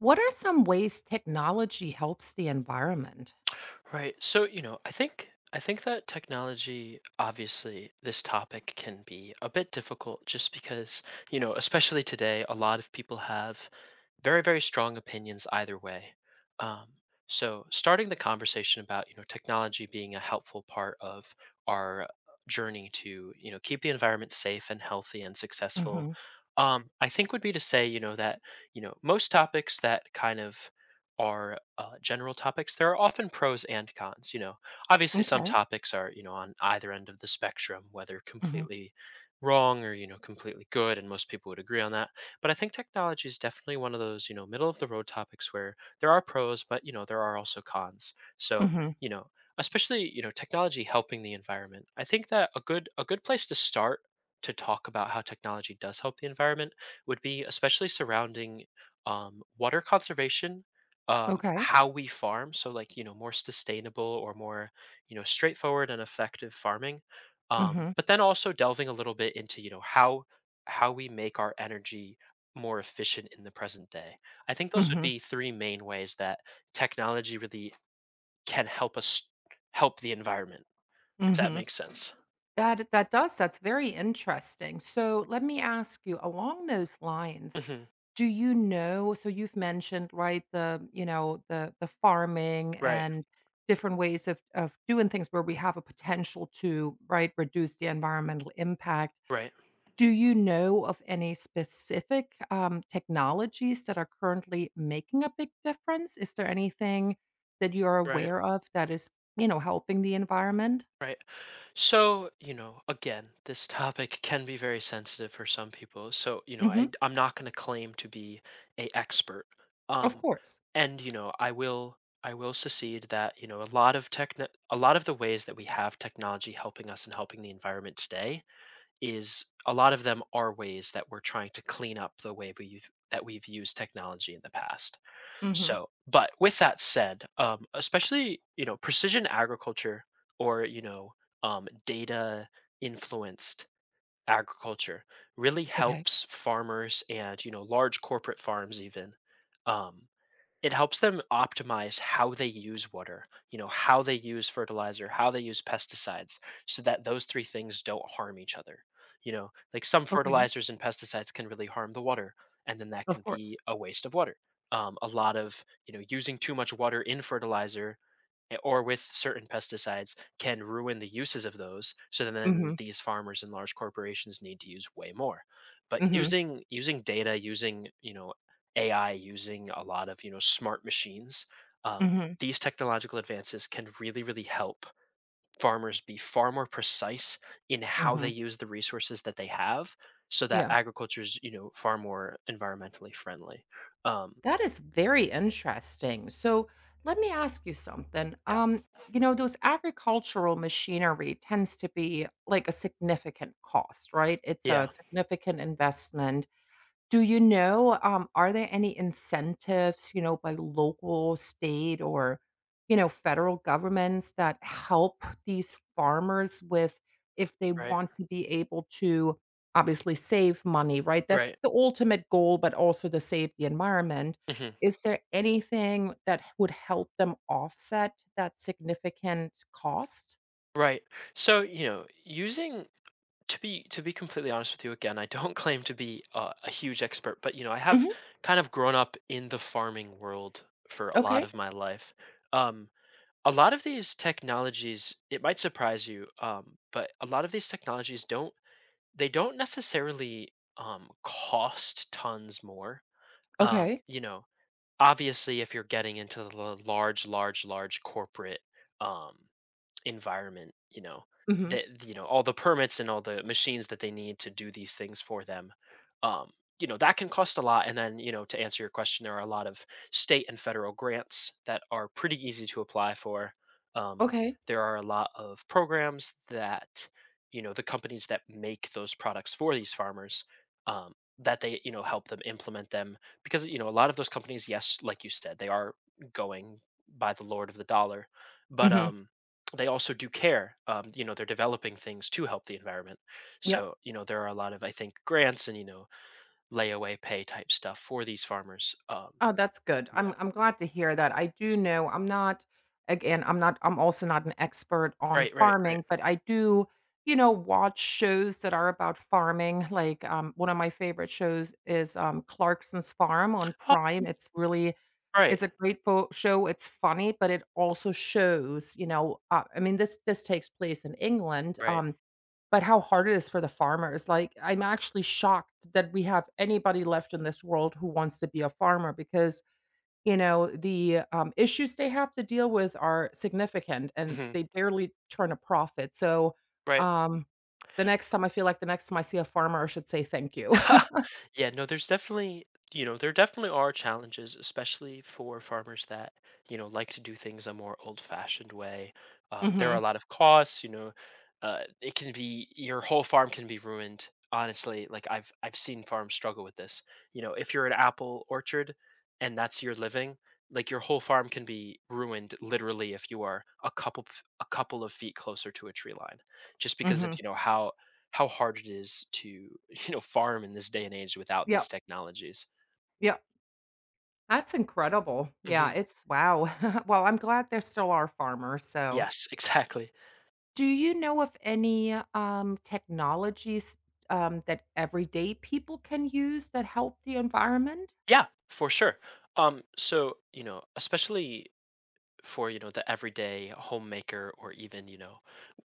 What are some ways technology helps the environment? Right. I think that technology, obviously this topic can be a bit difficult just because, especially today a lot of people have very strong opinions either way. Um so starting the conversation about, technology being a helpful part of our journey to, keep the environment safe and healthy and successful, Mhm. I think, would be to say, most topics that kind of are general topics, there are often pros and cons. Obviously, some M'kay. topics are, on either end of the spectrum, whether Mhm. completely wrong or, completely good. And most people would agree on that. But I think technology is definitely one of those, middle of the road topics where there are pros, but, there are also cons. So, Mhm. you know, especially technology helping the environment, I think that a good place to start to talk about how technology does help the environment would be especially surrounding water conservation, Okay. how we farm. So, like, more sustainable or more, straightforward and effective farming. Mhm. But then also delving a little bit into, how we make our energy more efficient in the present day. I think those would Mhm. be three main ways that technology really can help us help the environment, if that Mhm. makes sense. That does. That's very interesting. So let me ask you, along those lines, Hmm. do you know, so you've mentioned, right, the, you know, the farming Right, and different ways of doing things where we have a potential to, right, reduce the environmental impact. right, Do you know of any specific technologies that are currently making a big difference? Is there anything that you're right, aware of that is, you know, helping the environment? right. So, again, this topic can be very sensitive for some people. So, I Hmm. I'm not going to claim to be a expert. Of Um course. and you know, I will secede that, a lot of tech, a lot of the ways that we have technology helping us and helping the environment today is, a lot of them are ways that we're trying to clean up the way we've used technology in the past. Hmm. So, but with that said, especially precision agriculture, or data influenced agriculture really Okay, helps farmers and, large corporate farms even. um, it helps them optimize how they use water, how they use fertilizer, how they use pesticides, so that those three things don't harm each other. Like some okay, fertilizers and pesticides can really harm the water, and then that can of course. be a waste of water. A lot of, using too much water in fertilizer, or with certain pesticides can ruin the uses of those. So then Mhm, these farmers and large corporations need to use way more. But mhm, using data, using AI, using a lot of smart machines, uh, mhm, these technological advances can really really help farmers be far more precise in how they mhm, use the resources that they have, so that yeah. agriculture is, far more environmentally friendly. um That is very interesting. So let me ask you something. yeah, You know, those agricultural machinery tends to be like a significant cost, right? It's yeah, a significant investment. Do you know, are there any incentives, you know, by local, state, or, you know, federal governments that help these farmers with if they right, want to be able to obviously save money, right? That's right. the ultimate goal, but also to save the environment. Hmm. Is there anything that would help them offset that significant cost? Right. So, you know, using to be, completely honest with you, again, I don't claim to be a huge expert, but you know, I have Mhm. kind of grown up in the farming world for a lot Okay. of my life. Um, a lot of these technologies, it might surprise you, but a lot of these technologies don't, they don't necessarily cost tons more. Um, Okay. you know, obviously, if you're getting into the large corporate um, environment, Mhm. that, you know, all the permits and all the machines that they need to do these things for them. Um, you know, that can cost a lot. And then, to answer your question, there are a lot of state and federal grants that are pretty easy to apply for. Um, Okay. there are a lot of programs that, the companies that make those products for these farmers, um, that they, help them implement them, because, a lot of those companies, yes, like you said, they are going by the lord of the dollar, but Mhm. um they also do care. You know, they're developing things to help the environment. Yep. So, there are a lot of, I think, grants and, layaway pay type stuff for these farmers. Oh, that's good. Yeah. I'm glad to hear that. I do know, I'm not, again, I'm not, I'm also not an expert on Right, right, right. farming, but I do, you know, watch shows that are about farming. Like, one of my favorite shows is Clarkson's Farm on Oh, Prime. It's really, right, it's a great show. It's funny, but it also shows, you know, I mean, this takes place in England. right. But how hard it is for the farmers. Like, I'm actually shocked that we have anybody left in this world who wants to be a farmer, because you know, the, issues they have to deal with are significant, and Hmm. they barely turn a profit, so, Right. um, the next time I see a farmer, I should say thank you. Yeah, no, there's definitely, there definitely are challenges, especially for farmers that, like to do things a more old-fashioned way. There are a Mhm, lot of costs, it can be, your whole farm can be ruined. Honestly, like I've seen farms struggle with this. You know, if you're an apple orchard and that's your living, like your whole farm can be ruined literally if you are a couple of feet closer to a tree line, just because of, mhm. How hard it is to, you know, farm in this day and age without these Yep, technologies. yep. That's incredible. Yeah, Hmm. it's wow. Well, I'm glad there still are farmers, so Yes, exactly. do you know of any, technologies, that everyday people can use that help the environment? Yeah, for sure. Especially for, the everyday homemaker, or even,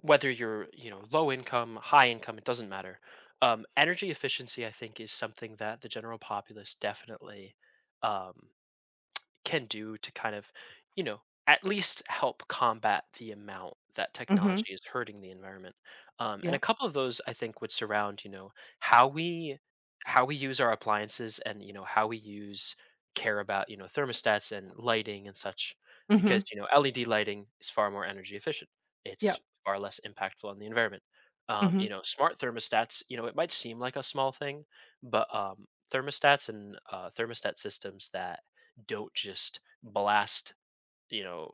whether you're, low income, high income, it doesn't matter. Energy efficiency, I think, is something that the general populace definitely um, can do to kind of, you know, at least help combat the amount that Mhm, technology is hurting the environment. And a yeah. couple of those I think would surround, how we how we use our appliances, and how we use, care about thermostats and lighting and such, because Mhm, LED lighting is far more energy efficient. It's yep. far less impactful on the environment. You Mhm, know, smart thermostats. You know, it might seem like a small thing, but thermostats and thermostat systems that don't just blast, you know,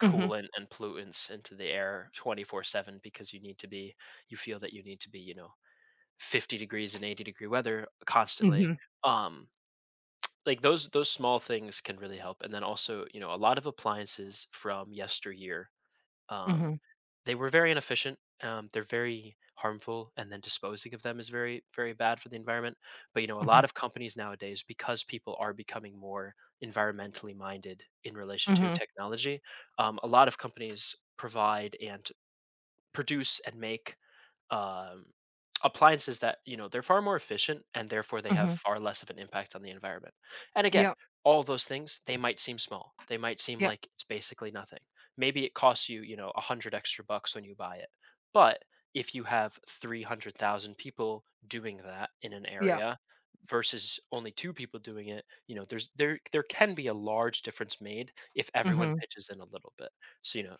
mhm, coolant and pollutants into the air 24/7 because you need to be, you feel that you need to be, 50 degrees and 80-degree weather constantly. mhm, Um, like those small things can really help. And then also, a lot of appliances from yesteryear. Um, mhm. they were very inefficient. They're very harmful, and then disposing of them is very, very bad for the environment. But you know, a lot Mhm, of companies nowadays, because people are becoming more environmentally minded in relation to mhm, technology, a lot of companies provide and produce and make um, appliances that, you know, they're far more efficient, and therefore they have mhm. far less of an impact on the environment. And again, Yep, all those things, they might seem small, they might seem yep, like it's basically nothing, maybe it costs you, you know a hundred extra bucks when you buy it, but if you have 300,000 people doing that in an yep, area versus only two people doing it, you know, there can be a large difference made if everyone mhm. pitches in a little bit. So, you know,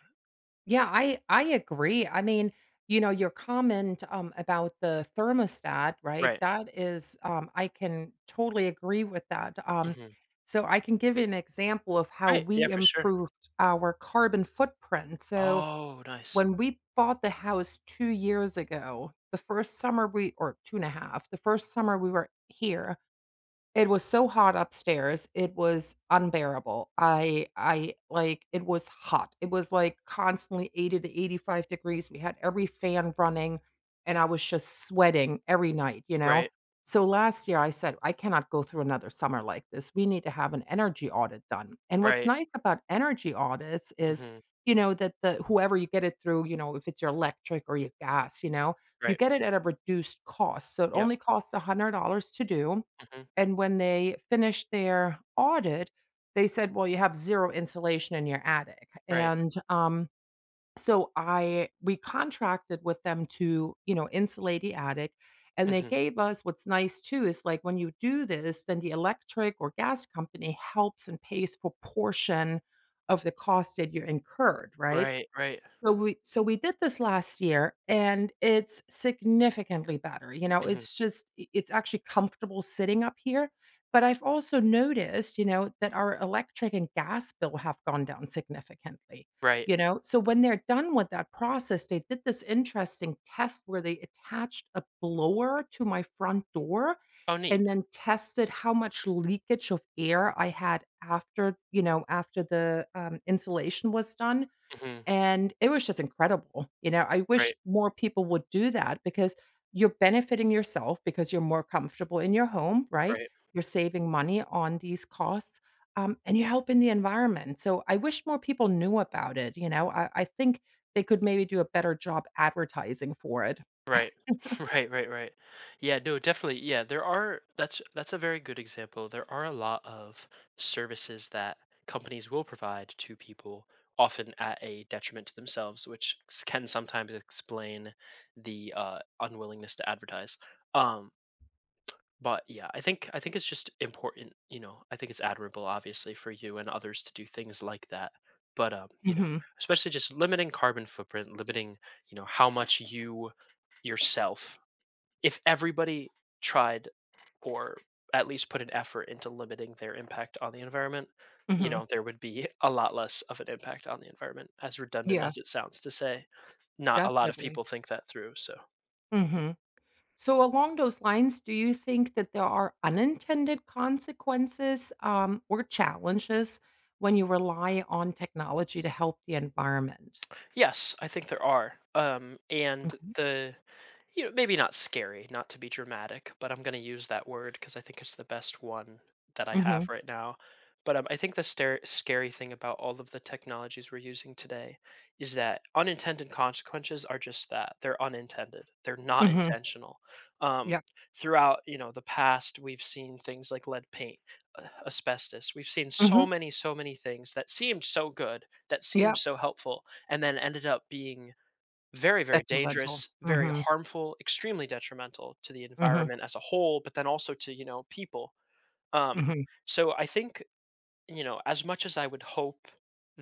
Yeah, I agree. I mean, you know, your comment, about the thermostat, right? right. That is, I can totally agree with that. Hmm. So I can give you an example of how Right. Yeah, we for sure. improved our carbon footprint. So Oh, nice. when we bought the house two years ago, the first summer we, or 2 and a half, the first summer we were here, it was so hot upstairs, it was unbearable. I like, it was hot. It was, like, constantly 80 to 85 degrees. We had every fan running, and I was just sweating every night, you know? Right, So last year, I said, "I cannot go through another summer like this. We need to have an energy audit done." And what's right, nice about energy audits is, mhm, you know, that the whoever you get it through, you know, if it's your electric or your gas, you know, you right, get it at a reduced cost. So it yep, only costs $100 to do. mhm, And when they finished their audit, they said, "Well, you have zero insulation in your attic." right, And, so I, we contracted with them to, you know, insulate the attic, and they mhm, gave us, what's nice too is, like, when you do this, then the electric or gas company helps and pays for portion of the cost that you incurred, right? right, right, So we did this last year and it's significantly better. You know, mhm, it's just it's actually comfortable sitting up here, but I've also noticed, you know, that our electric and gas bill have gone down significantly. right. You know, so when they're done with that process, they did this interesting test where they attached a blower to my front door Oh, neat, and then tested how much leakage of air I had after, you know, after the insulation was done, mhm, and it was just incredible. You know, I right, wish more people would do that, because you're benefiting yourself because you're more comfortable in your home, right? right, You're saving money on these costs, and you're helping the environment, so I wish more people knew about it, you know? I think they could maybe do a better job advertising for it. right, right, right, right. Yeah, no, definitely, yeah, there are, that's a very good example, there are a lot of services that companies will provide to people, often at a detriment to themselves, which s can sometimes explain the, unwillingness to advertise. um But yeah, I think it's just important, you know. I think it's admirable, obviously, for you and others to do things like that. But you know, Mhm, especially just limiting carbon footprint, limiting, how much you yourself, if everybody tried or at least put an effort into limiting their impact on the environment, you mhm. know, there would be a lot less of an impact on the environment, as redundant Yeah, as it sounds to say. Not a lot of definitely. people think that through. So, Mhm. So, along those lines, do you think that there are unintended consequences or challenges when you rely on technology to help the environment? yes, I think there are. And Mhm. the, you know, maybe not scary, not to be dramatic, but I'm going to use that word because I think it's the best one that I have Mhm. right now. But I think the stare scary thing about all of the technologies we're using today is that unintended consequences are just that. They're unintended. They're not Mhm. intentional. Um, Yeah. throughout, the past, we've seen things like lead paint, asbestos. We've seen so Mhm. many, so many things that seemed so good, that seemed Yeah. so helpful, and then ended up being very, very Detrimental. dangerous, very Mhm. harmful, extremely detrimental to the Mhm. environment as a whole, but then also to, people. Um, Mhm. so I think, as much as I would hope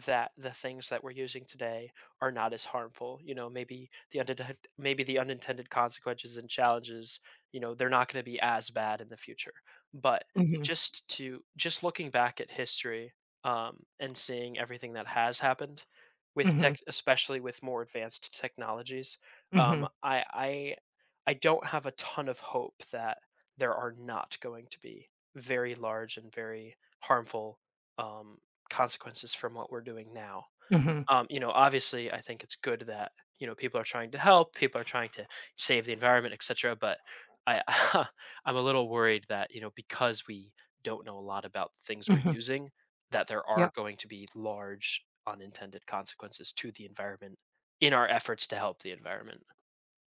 that the things that we're using today are not as harmful, you know, maybe the unintended, consequences and challenges, you know, they're not going to be as bad in the future. But Mhm. just to, just looking back at history and seeing everything that has happened with Mhm. tech, especially with more advanced technologies, Mhm. um, Mhm. I I I don't have a ton of hope that there are not going to be very large and very harmful um, consequences from what we're doing now. Mhm. You know, obviously, I think it's good that, you know, people are trying to help, people are trying to save the environment, etc. But I, I'm a little worried that, you know, because we don't know a lot about the things we're Mhm. using, that there are Yeah. going to be large unintended consequences to the environment in our efforts to help the environment.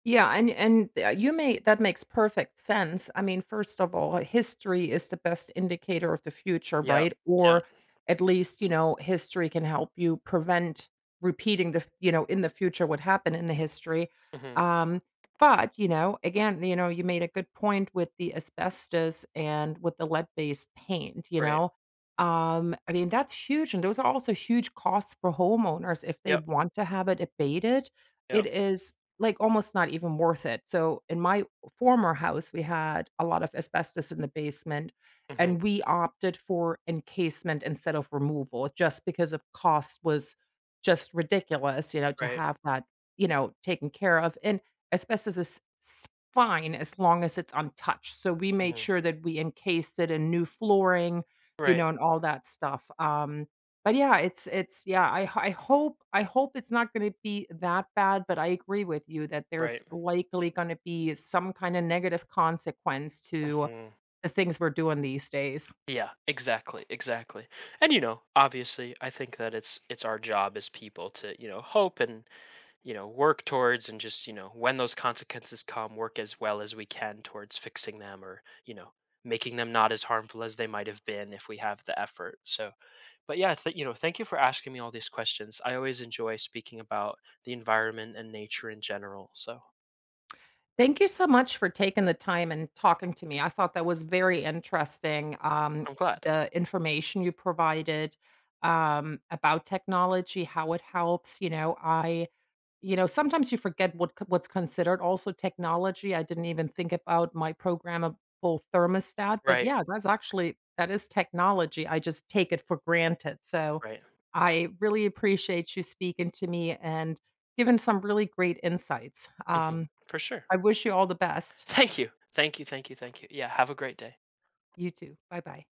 Yeah, and, you may, that makes perfect sense. I mean, first of all, history is the best indicator of the future, Yep. right? Yep. Or at least, you know, history can help you prevent repeating the, you know, in the future what happened in the history. Hmm. Um, but, you know, again, you know, you made a good point with the asbestos and with the lead-based paint, you Right. know. I mean, that's huge. And those are also huge costs for homeowners if they Yep. want to have it abated. Yep. It is, like, almost not even worth it. So, in my former house, we had a lot of asbestos in the basement, Hmm. and we opted for encasement instead of removal just because of cost was just ridiculous, you know, to Right. have that, you know, taken care of, and asbestos is s fine as long as it's untouched, so we made Hmm. sure that we encased it in new flooring, you Right. know, and all that stuff, um, but yeah, it's yeah, I hope it's not gonna be that bad, but I agree with you that there's Right. likely gonna be some kinda negative consequence to Hmm. the things we're doing these days. Yeah, exactly, exactly. And you know, obviously, I think that it's our job as people to, hope and, work towards, and just, when those consequences come, work as well as we can towards fixing them, or, making them not as harmful as they might have been if we have the effort. So, but yeah, you know, thank you for asking me all these questions. I always enjoy speaking about the environment and nature in general. So, Thank you so much for taking the time and talking to me. I thought that was very interesting, I'm glad. the information you provided, about technology, how it helps, you know, sometimes you forget what c what's considered also technology. I didn't even think about my programmable thermostat, but Right, yeah, that's actually that is technology. I just take it for granted. So, right. I really appreciate you speaking to me and giving some really great insights. Mhm. For sure. I wish you all the best. Thank you. Thank you, thank you, thank you. Yeah, have a great day. You too. Bye-bye.